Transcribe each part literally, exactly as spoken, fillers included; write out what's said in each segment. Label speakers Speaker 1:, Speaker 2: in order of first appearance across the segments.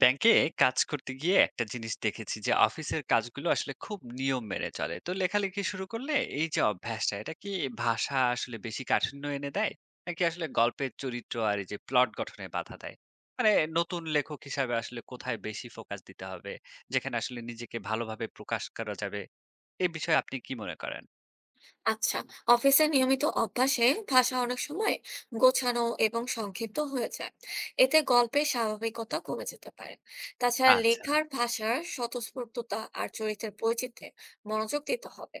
Speaker 1: ব্যাংকে কাজ করতে গিয়ে একটা জিনিস দেখেছি যে অফিসের কাজগুলো আসলে খুব নিয়ম মেনে চলে। তো লেখালেখি শুরু করলে এই যে অভ্যাসটা, এটা কি ভাষা আসলে বেশি কাঠিন্য এনে দেয়, নাকি আসলে গল্পের চরিত্র আর এই যে প্লট গঠনে বাধা দেয়? মানে নতুন লেখক হিসাবে আসলে কোথায় বেশি ফোকাস দিতে হবে, যেখানে আসলে নিজেকে ভালোভাবে প্রকাশ করা যাবে? এই বিষয়ে আপনি কি মনে করেন?
Speaker 2: আচ্ছা, অফিসে নিয়মিত অভ্যাসে ভাষা অনেক সময় গোছানো এবং সংক্ষিপ্ত হয়ে যায়। এতে গল্পের স্বাভাবিকতা কমে যেতে পারে। তাছাড়া
Speaker 1: আচ্ছা।
Speaker 2: লেখার ভাষার স্বতঃস্ফূর্ততা আর চরিত্রের বৈচিত্র্যে মনোযোগ দিতে হবে।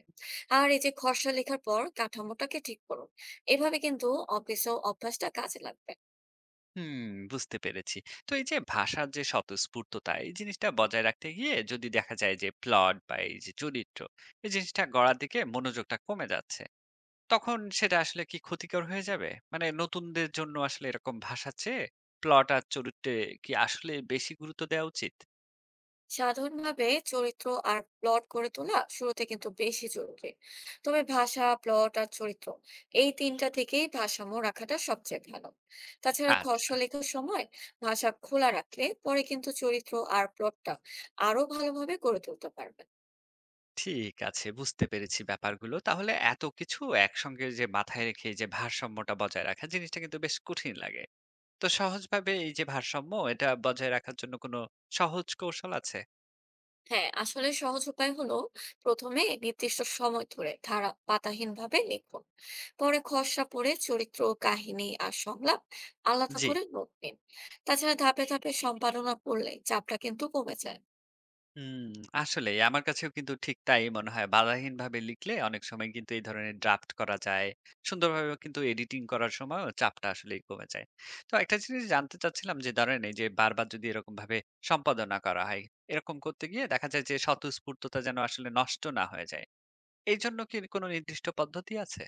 Speaker 2: আর এই যে খসড়া লেখার পর কাঠামোটাকে ঠিক করুন, এভাবে কিন্তু অফিসেও অভ্যাসটা কাজে লাগবে।
Speaker 1: হুম, বুঝতে পেরেছি। তো এই যে ভাষার যে স্বতঃস্ফূর্ততা, এই জিনিসটা বজায় রাখতে গিয়ে যদি দেখা যায় যে প্লট বা এই যে চরিত্র, এই জিনিসটা গড়ার দিকে মনোযোগটা কমে যাচ্ছে, তখন সেটা আসলে কি ক্ষতিকর হয়ে যাবে? মানে নতুনদের জন্য আসলে এরকম ভাষা চেয়ে প্লট আর চরিত্রে কি আসলে বেশি গুরুত্ব দেওয়া উচিত?
Speaker 2: সাধারণভাবে চরিত্র আর প্লট গড়ে তোলা শুরুতে কিন্তু বেশি জরুরি। তবে ভাষা, প্লট আর চরিত্র, এই তিনটা থেকেই ভারসাম্য রাখাটা সবচেয়ে ভালো। তাছাড়া
Speaker 1: আচ্ছা,
Speaker 2: খসড়া লেখার সময় ভাষা খোলা রাখলে পরে কিন্তু চরিত্র আর প্লটটা আরো ভালোভাবে গড়ে তুলতে পারবে।
Speaker 1: ঠিক আছে, বুঝতে পেরেছি ব্যাপারগুলো। তাহলে এত কিছু একসঙ্গে যে মাথায় রেখে যে ভারসাম্যটা বজায় রাখা, জিনিসটা কিন্তু বেশ কঠিন লাগে। তো সহজভাবে এই যে ভারসাম্য, এটা বজায় রাখার জন্য কোনো সহজ কৌশল আছে?
Speaker 2: হ্যাঁ, আসলে সহজ উপায় হলো প্রথমে নির্দিষ্ট সময় ধরে ধারা পাতাহীন ভাবে লিখুন। পরে খসড়া পড়ে চরিত্র, কাহিনী আর সংলাপ আলাদা
Speaker 1: জি।
Speaker 2: করে নোট নিন। তাছাড়া ধাপে ধাপে সম্পাদনা করলে চাপটা কিন্তু কমে যায়।
Speaker 1: হুম, আসলেই আমার কাছেও কিন্তু ঠিক তাই মনে হয়। বাধাহীনভাবে লিখলে অনেক সময় কিন্তু এই ধরনের ড্রাফট করা যায়। সুন্দরভাবেও কিন্তু এডিটিং করার সময়ও চাপটা আসলেই কমে যায়। তো একটা জিনিস জানতে চাচ্ছিলাম যে ধরেন এই যে বারবার যদি এরকমভাবে সম্পাদনা করা হয়, এরকম করতে গিয়ে দেখা যায় যে স্বতঃস্ফূর্ততা যেন আসলে নষ্ট না হয়ে যায়। এইজন্য কি কোনো নির্দিষ্ট পদ্ধতি আছে?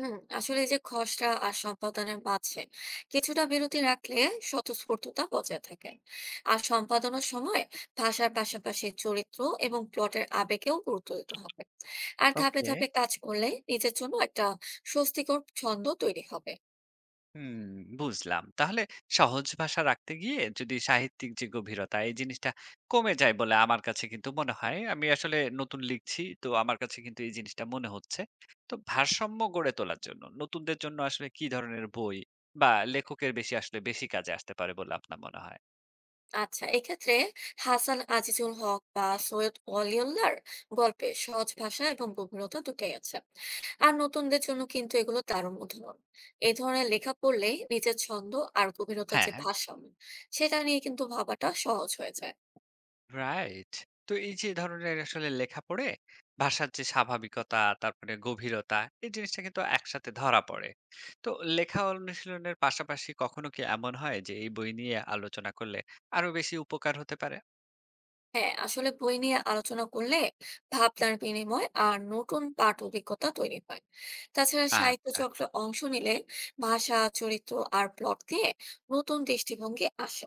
Speaker 2: হুম, আসলে এই যে খসড়া আর সম্পাদনের মাঝে কিছুটা বিরতি রাখলে স্বতঃস্ফূর্ততা বজায় থাকে। আর সম্পাদনার সময় ভাষার পাশাপাশি চরিত্র এবং প্লটের আবেগেও গুরুত্ব দিতে হবে। আর ধাপে
Speaker 1: ওকে।
Speaker 2: ধাপে কাজ করলে নিজের জন্য একটা স্বস্তিকর ছন্দ তৈরি হবে।
Speaker 1: হুম, বুঝলাম। তাহলে সহজ ভাষা রাখতে গিয়ে যদি সাহিত্যিক যে গভীরতা, এই জিনিসটা কমে যায় বলে আমার কাছে কিন্তু মনে হয়। আমি আসলে নতুন লিখছি, তো আমার কাছে কিন্তু এই জিনিসটা মনে হচ্ছে। তো ভারসাম্য গড়ে তোলার জন্য নতুনদের জন্য আসলে কি ধরনের বই বা লেখকের বেশি আসলে বেশি কাজে আসতে পারে বলে আপনার মনে হয়?
Speaker 2: আচ্ছা, এক্ষেত্রে হাসান আজিজুল হক বা সৈয়দ ওয়ালিউল্লাহর গল্পে সহজ ভাষা এবং গভীরতা দুটোই আছে। আর নতুনদের জন্য কিন্তু এগুলো দারুণ উদাহরণ। এই ধরনের লেখা পড়লে নিজের ছন্দ আর গভীরতার
Speaker 1: হ্যাঁ।
Speaker 2: যে
Speaker 1: হ্যাঁ।
Speaker 2: ভারসাম্য, সেটা নিয়ে কিন্তু ভাবাটা সহজ হয়ে যায়।
Speaker 1: রাইট। তো এই যে ধরনের আসলে লেখা পড়ে ভাষার যে স্বাভাবিকতা, তারপরে গভীরতা, এই জিনিসটা কিন্তু একসাথে ধরা পড়ে। তো লেখা অনুশীলনের পাশাপাশি কখনো কি এমন হয় যে এই বই নিয়ে আলোচনা করলে আরো বেশি উপকার হতে পারে?
Speaker 2: হ্যাঁ, আসলে বই নিয়ে আলোচনা করলে ভাবনার বিনিময় আর নতুন পাঠ অভিজ্ঞতা তৈরি হয়। তাছাড়া সাহিত্য
Speaker 1: আচ্ছা।
Speaker 2: চক্রে অংশ নিলে ভাষা, চরিত্র আর প্লট দিয়ে নতুন দৃষ্টিভঙ্গি আসে।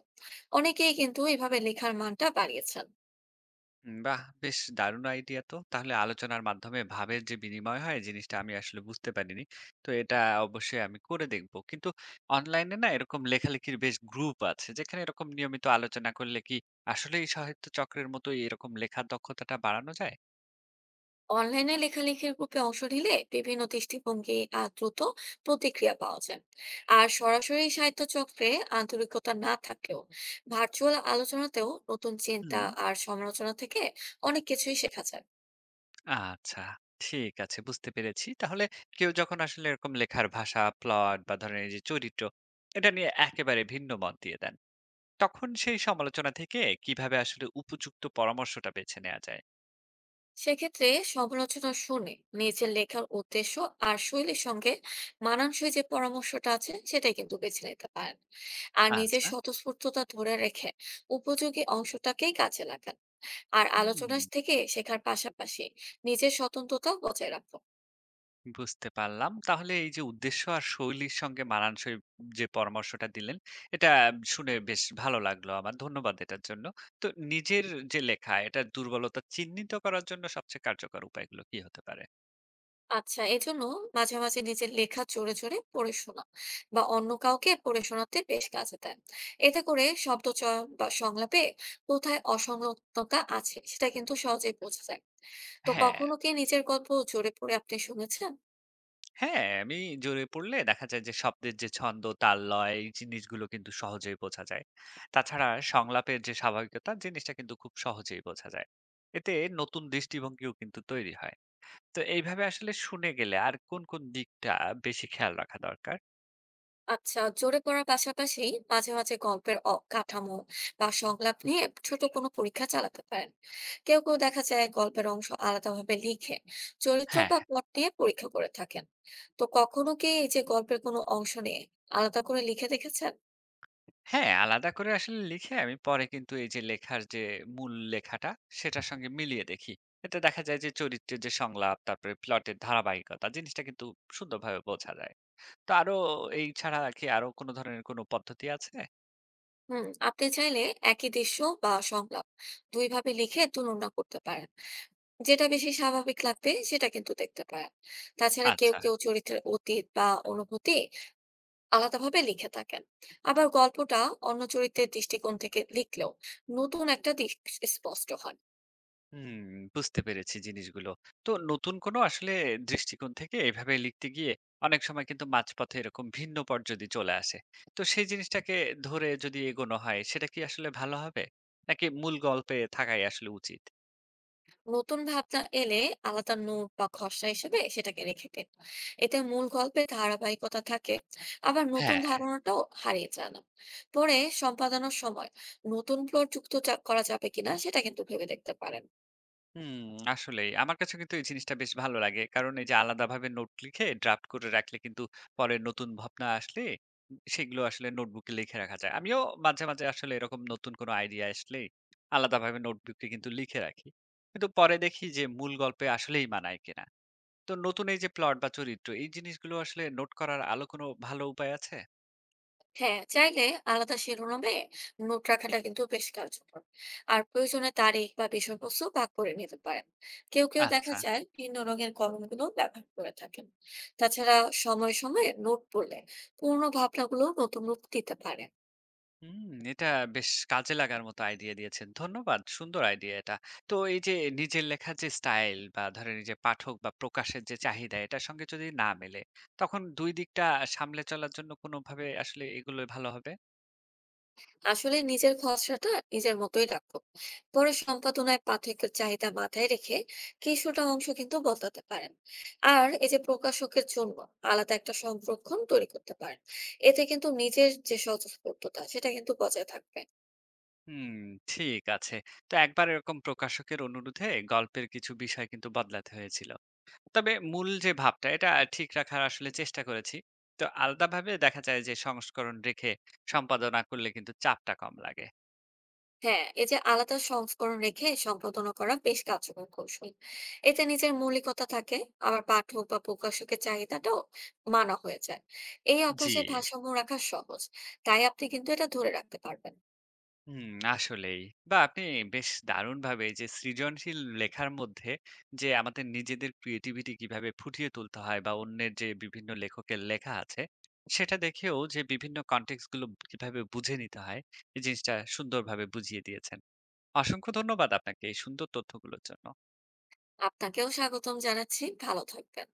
Speaker 2: অনেকেই কিন্তু এভাবে লেখার মানটা বাড়িয়েছেন।
Speaker 1: উম, বাহ! বেশ দারুণ আইডিয়া তো। তাহলে আলোচনার মাধ্যমে ভাবের যে বিনিময় হয়, জিনিসটা আমি আসলে বুঝতে পারিনি। তো এটা অবশ্যই আমি করে দেখব। কিন্তু অনলাইনে না এরকম লেখালেখির বেশ গ্রুপ আছে, যেখানে এরকম নিয়মিত আলোচনা করলে কি আসলেই সাহিত্য চক্রের মতো এরকম লেখার দক্ষতাটা বাড়ানো যায়?
Speaker 2: অনলাইনে লেখালেখির গ্রুপে অংশ নিলে বিভিন্ন দৃষ্টিভঙ্গি আর দ্রুত প্রতিক্রিয়া পাওয়া যায়। আর সরাসরি সাহিত্য চক্রে আন্তরিকতা না থাকলেও ভার্চুয়াল আলোচনাতেও নতুন
Speaker 1: হুম।
Speaker 2: চিন্তা আর সমালোচনা থেকে অনেক কিছুই শেখা যায়।
Speaker 1: আচ্ছা, ঠিক আছে, বুঝতে পেরেছি। তাহলে কেউ যখন আসলে এরকম লেখার ভাষা, প্লট বা ধরেন এই যে চরিত্র, এটা নিয়ে একেবারে ভিন্ন মত দিয়ে দেন, তখন সেই সমালোচনা থেকে কিভাবে আসলে উপযুক্ত পরামর্শটা বেছে নেওয়া যায়?
Speaker 2: সেক্ষেত্রে সমালোচনা শুনে নিজের লেখার উদ্দেশ্য আর শৈলীর সঙ্গে মানানসই যে পরামর্শটা আছে সেটাই কিন্তু বেছে নিতে পারেন। আর নিজের
Speaker 1: আচ্ছা।
Speaker 2: স্বতঃস্ফূর্ততা ধরে রেখে উপযোগী অংশটাকেই কাজে লাগান। আর
Speaker 1: হুম,
Speaker 2: আলোচনা থেকে শেখার পাশাপাশি নিজের স্বতন্ত্রতা বজায় রাখো।
Speaker 1: বুঝতে পারলাম। তাহলে এই যে উদ্দেশ্য আর শৈলীর সঙ্গে মানানসই যে পরামর্শটা দিলেন, এটা শুনে বেশ ভালো লাগলো আমার। ধন্যবাদ এটার জন্য। তো নিজের যে লেখা, এটার দুর্বলতা চিহ্নিত করার জন্য সবচেয়ে কার্যকর উপায়গুলো কি হতে পারে?
Speaker 2: আচ্ছা, এজন্য মাঝে মাঝে নিজের লেখা জোরে জোরে পড়ে শোনা বা অন্য কাউকে পড়ে শোনাতে বেশ কাজে দেয়। এতে করে শব্দচয়ন বা সংলাপে কোথায় অসংলগ্নতা আছে সেটা কিন্তু সহজেই বোঝা যায়। তো
Speaker 1: হ্যাঁ।
Speaker 2: কখনো কি নিজের গল্প জোরে পড়ে আপনি শুনেছেন?
Speaker 1: হ্যাঁ, আমি জড়িয়ে পড়লে দেখা যায় যে শব্দের যে ছন্দ, তাল, লয়, এই জিনিসগুলো কিন্তু সহজেই বোঝা যায়। তাছাড়া সংলাপের যে স্বাভাবিকতা, জিনিসটা কিন্তু খুব সহজেই বোঝা যায়। এতে নতুন দৃষ্টিভঙ্গিও কিন্তু তৈরি হয়। তো এইভাবে আসলে শুনে গেলে আর কোন, কোন দিকটা বেশি খেয়াল রাখা দরকার?
Speaker 2: আচ্ছা, জোরে পড়ার পাশাপাশি মাঝে মাঝে গল্পের অ- কাঠামো বা সংলাপ নিয়ে ছোট কোনো পরীক্ষা চালাতে পারেন। কেউ কেউ দেখা যায় গল্পের অংশ আলাদাভাবে লিখে চরিত্র
Speaker 1: হ্যাঁ,
Speaker 2: বা প্লট নিয়ে পরীক্ষা করে থাকেন। তো কখনো কি এই যে গল্পের কোনো অংশ নিয়ে আলাদা করে লিখে দেখেছেন?
Speaker 1: হ্যাঁ, আলাদা করে আসলে লিখে আমি পরে কিন্তু এই যে লেখার যে মূল লেখাটা, সেটার সঙ্গে মিলিয়ে দেখি। এতে দেখা যায় যে চরিত্রের যে সংলাপ, তারপরে প্লটের ধারাবাহিকতা, জিনিসটা কিন্তু সুন্দরভাবে বোঝা যায়। তো আরো এই ছাড়া কি আরো কোন ধরনের কোন পদ্ধতি আছে?
Speaker 2: হুম, আপনি চাইলে একই দৃশ্য বা সংলাপ দুইভাবে লিখে তুলনা করতে পারেন। যেটা বেশি স্বাভাবিক লাগবে সেটা কিন্তু দেখতে পারেন। তাছাড়া কেউ
Speaker 1: আচ্ছা।
Speaker 2: কেউ চরিত্রের অতীত বা অনুভূতি আলাদাভাবে লিখে থাকেন। আবার গল্পটা অন্য চরিত্রের দৃষ্টিকোণ থেকে লিখলেও নতুন একটা দিক স্পষ্ট হয়।
Speaker 1: হুম, বুঝতে পেরেছি জিনিসগুলো। তো নতুন কোন আসলে দৃষ্টিকোণ থেকে এভাবে লিখতে গিয়ে অনেক সময় কিন্তু মাঝপথে এরকম ভিন্ন পথ যদি চলে আসে, তো সেই জিনিসটাকে ধরে যদি এগোনো হয়, সেটা কি আসলে ভালো হবে? নাকি মূল গল্পে থাকাই আসলে উচিত?
Speaker 2: নতুন ভাবনা এলে আলাদা নোট বা খসড়া হিসেবে সেটাকে রেখে দিন। এতে মূল গল্পে ধারাবাহিকতা থাকে, আবার নতুন
Speaker 1: হ্যাঁ।
Speaker 2: ধারণাটাও হারিয়ে যায় না। পরে সম্পাদনার সময় নতুন প্লট যুক্ত যা- করা যাবে কিনা সেটা কিন্তু ভেবে দেখতে পারেন।
Speaker 1: হুম, আসলেই। আমার কাছে কিন্তু এই জিনিসটা বেশ ভালো লাগে। কারণ এই যে আলাদাভাবে নোট লিখে ড্রাফট করে রাখলে কিন্তু পরে নতুন ভাবনা আসলে সেগুলো আসলে নোটবুকে লিখে রাখা যায়। আমিও মাঝে, মাঝে আসলে এরকম নতুন কোনো আইডিয়া আসলেই আলাদাভাবে নোটবুকে কিন্তু লিখে রাখি। কিন্তু পরে দেখি যে মূল গল্পে আসলেই মানায় কিনা। তো নতুন এই যে প্লট বা চরিত্র, এই জিনিসগুলো আসলে নোট করার আলো কোনো ভালো উপায় আছে?
Speaker 2: হ্যাঁ, চাইলে আলাদা শিরোনামে নোট রাখাটা কিন্তু বেশ কার্যকর। আর প্রয়োজনে তারিখ বা বিষয়বস্তু ভাগ করে নিতে পারেন। কেউ কেউ দেখা
Speaker 1: আচ্ছা।
Speaker 2: যায় ভিন্ন রঙের কলমগুলো ব্যবহার করে থাকেন। তাছাড়া সময় সময়ে নোট পড়লে পুরোনো ভাবনাগুলো নতুন রূপ দিতে পারে।
Speaker 1: হুম, এটা বেশ কাজে লাগার মতো আইডিয়া দিয়েছেন। ধন্যবাদ। সুন্দর আইডিয়া এটা। তো এই যে নিজের লেখার যে স্টাইল বা ধরেন এই যে পাঠক বা প্রকাশের যে চাহিদা, এটার সঙ্গে যদি না মেলে, তখন দুই দিকটা সামলে চলার জন্য কোনোভাবে আসলে এগুলোই ভালো হবে?
Speaker 2: আসলে নিজের খসড়াটা নিজের মতোই রাখো। পরে সম্পাদনায় পাঠকের চাহিদা মাথায় রেখে কিছুটা অংশ কিন্তু বদলাতে পারেন। আর এই যে প্রকাশকের জন্য আলাদা একটা সংরক্ষণ তৈরি করতে পারেন। এতে কিন্তু নিজের যে স্বতঃস্ফূর্ততা সেটা কিন্তু বজায় থাকবে।
Speaker 1: হুম, ঠিক আছে। তো একবার এরকম প্রকাশকের অনুরোধে গল্পের কিছু বিষয় কিন্তু বদলাতে হয়েছিল। তবে মূল যে ভাবটা, এটা ঠিক রাখার আসলে চেষ্টা করেছি। তো আলাদাভাবে দেখা যায় যে সংস্করণ রেখে সম্পাদনা করলে কিন্তু চাপটা কম লাগে।
Speaker 2: হ্যাঁ, এই যে আলাদা সংস্করণ রেখে সম্পাদনা করা বেশ কার্যকর কৌশল। এতে নিজের মৌলিকতা থাকে, আবার পাঠক বা প্রকাশকের চাহিদাটাও মানা হয়ে যায়। এই
Speaker 1: জি।
Speaker 2: অভ্যাসে ভারসাম্য রাখা সহজ, তাই আপনি কিন্তু এটা ধরে রাখতে পারবেন।
Speaker 1: হুম, আসলেই। বা আপনি বেশ দারুণভাবে যে সৃজনশীল লেখার মধ্যে যে আমাদের নিজেদের ক্রিয়েটিভিটি কিভাবে ফুটিয়ে তুলতে হয়, বা অন্যের যে বিভিন্ন লেখকের লেখা আছে, সেটা দেখেও যে বিভিন্ন কনটেক্সট গুলো কিভাবে বুঝে নিতে হয়, এই জিনিসটা সুন্দরভাবে বুঝিয়ে দিয়েছেন। অসংখ্য ধন্যবাদ আপনাকে এই সুন্দর তথ্যগুলোর জন্য।
Speaker 2: আপনাকেও স্বাগতম জানাচ্ছি। ভালো থাকবেন।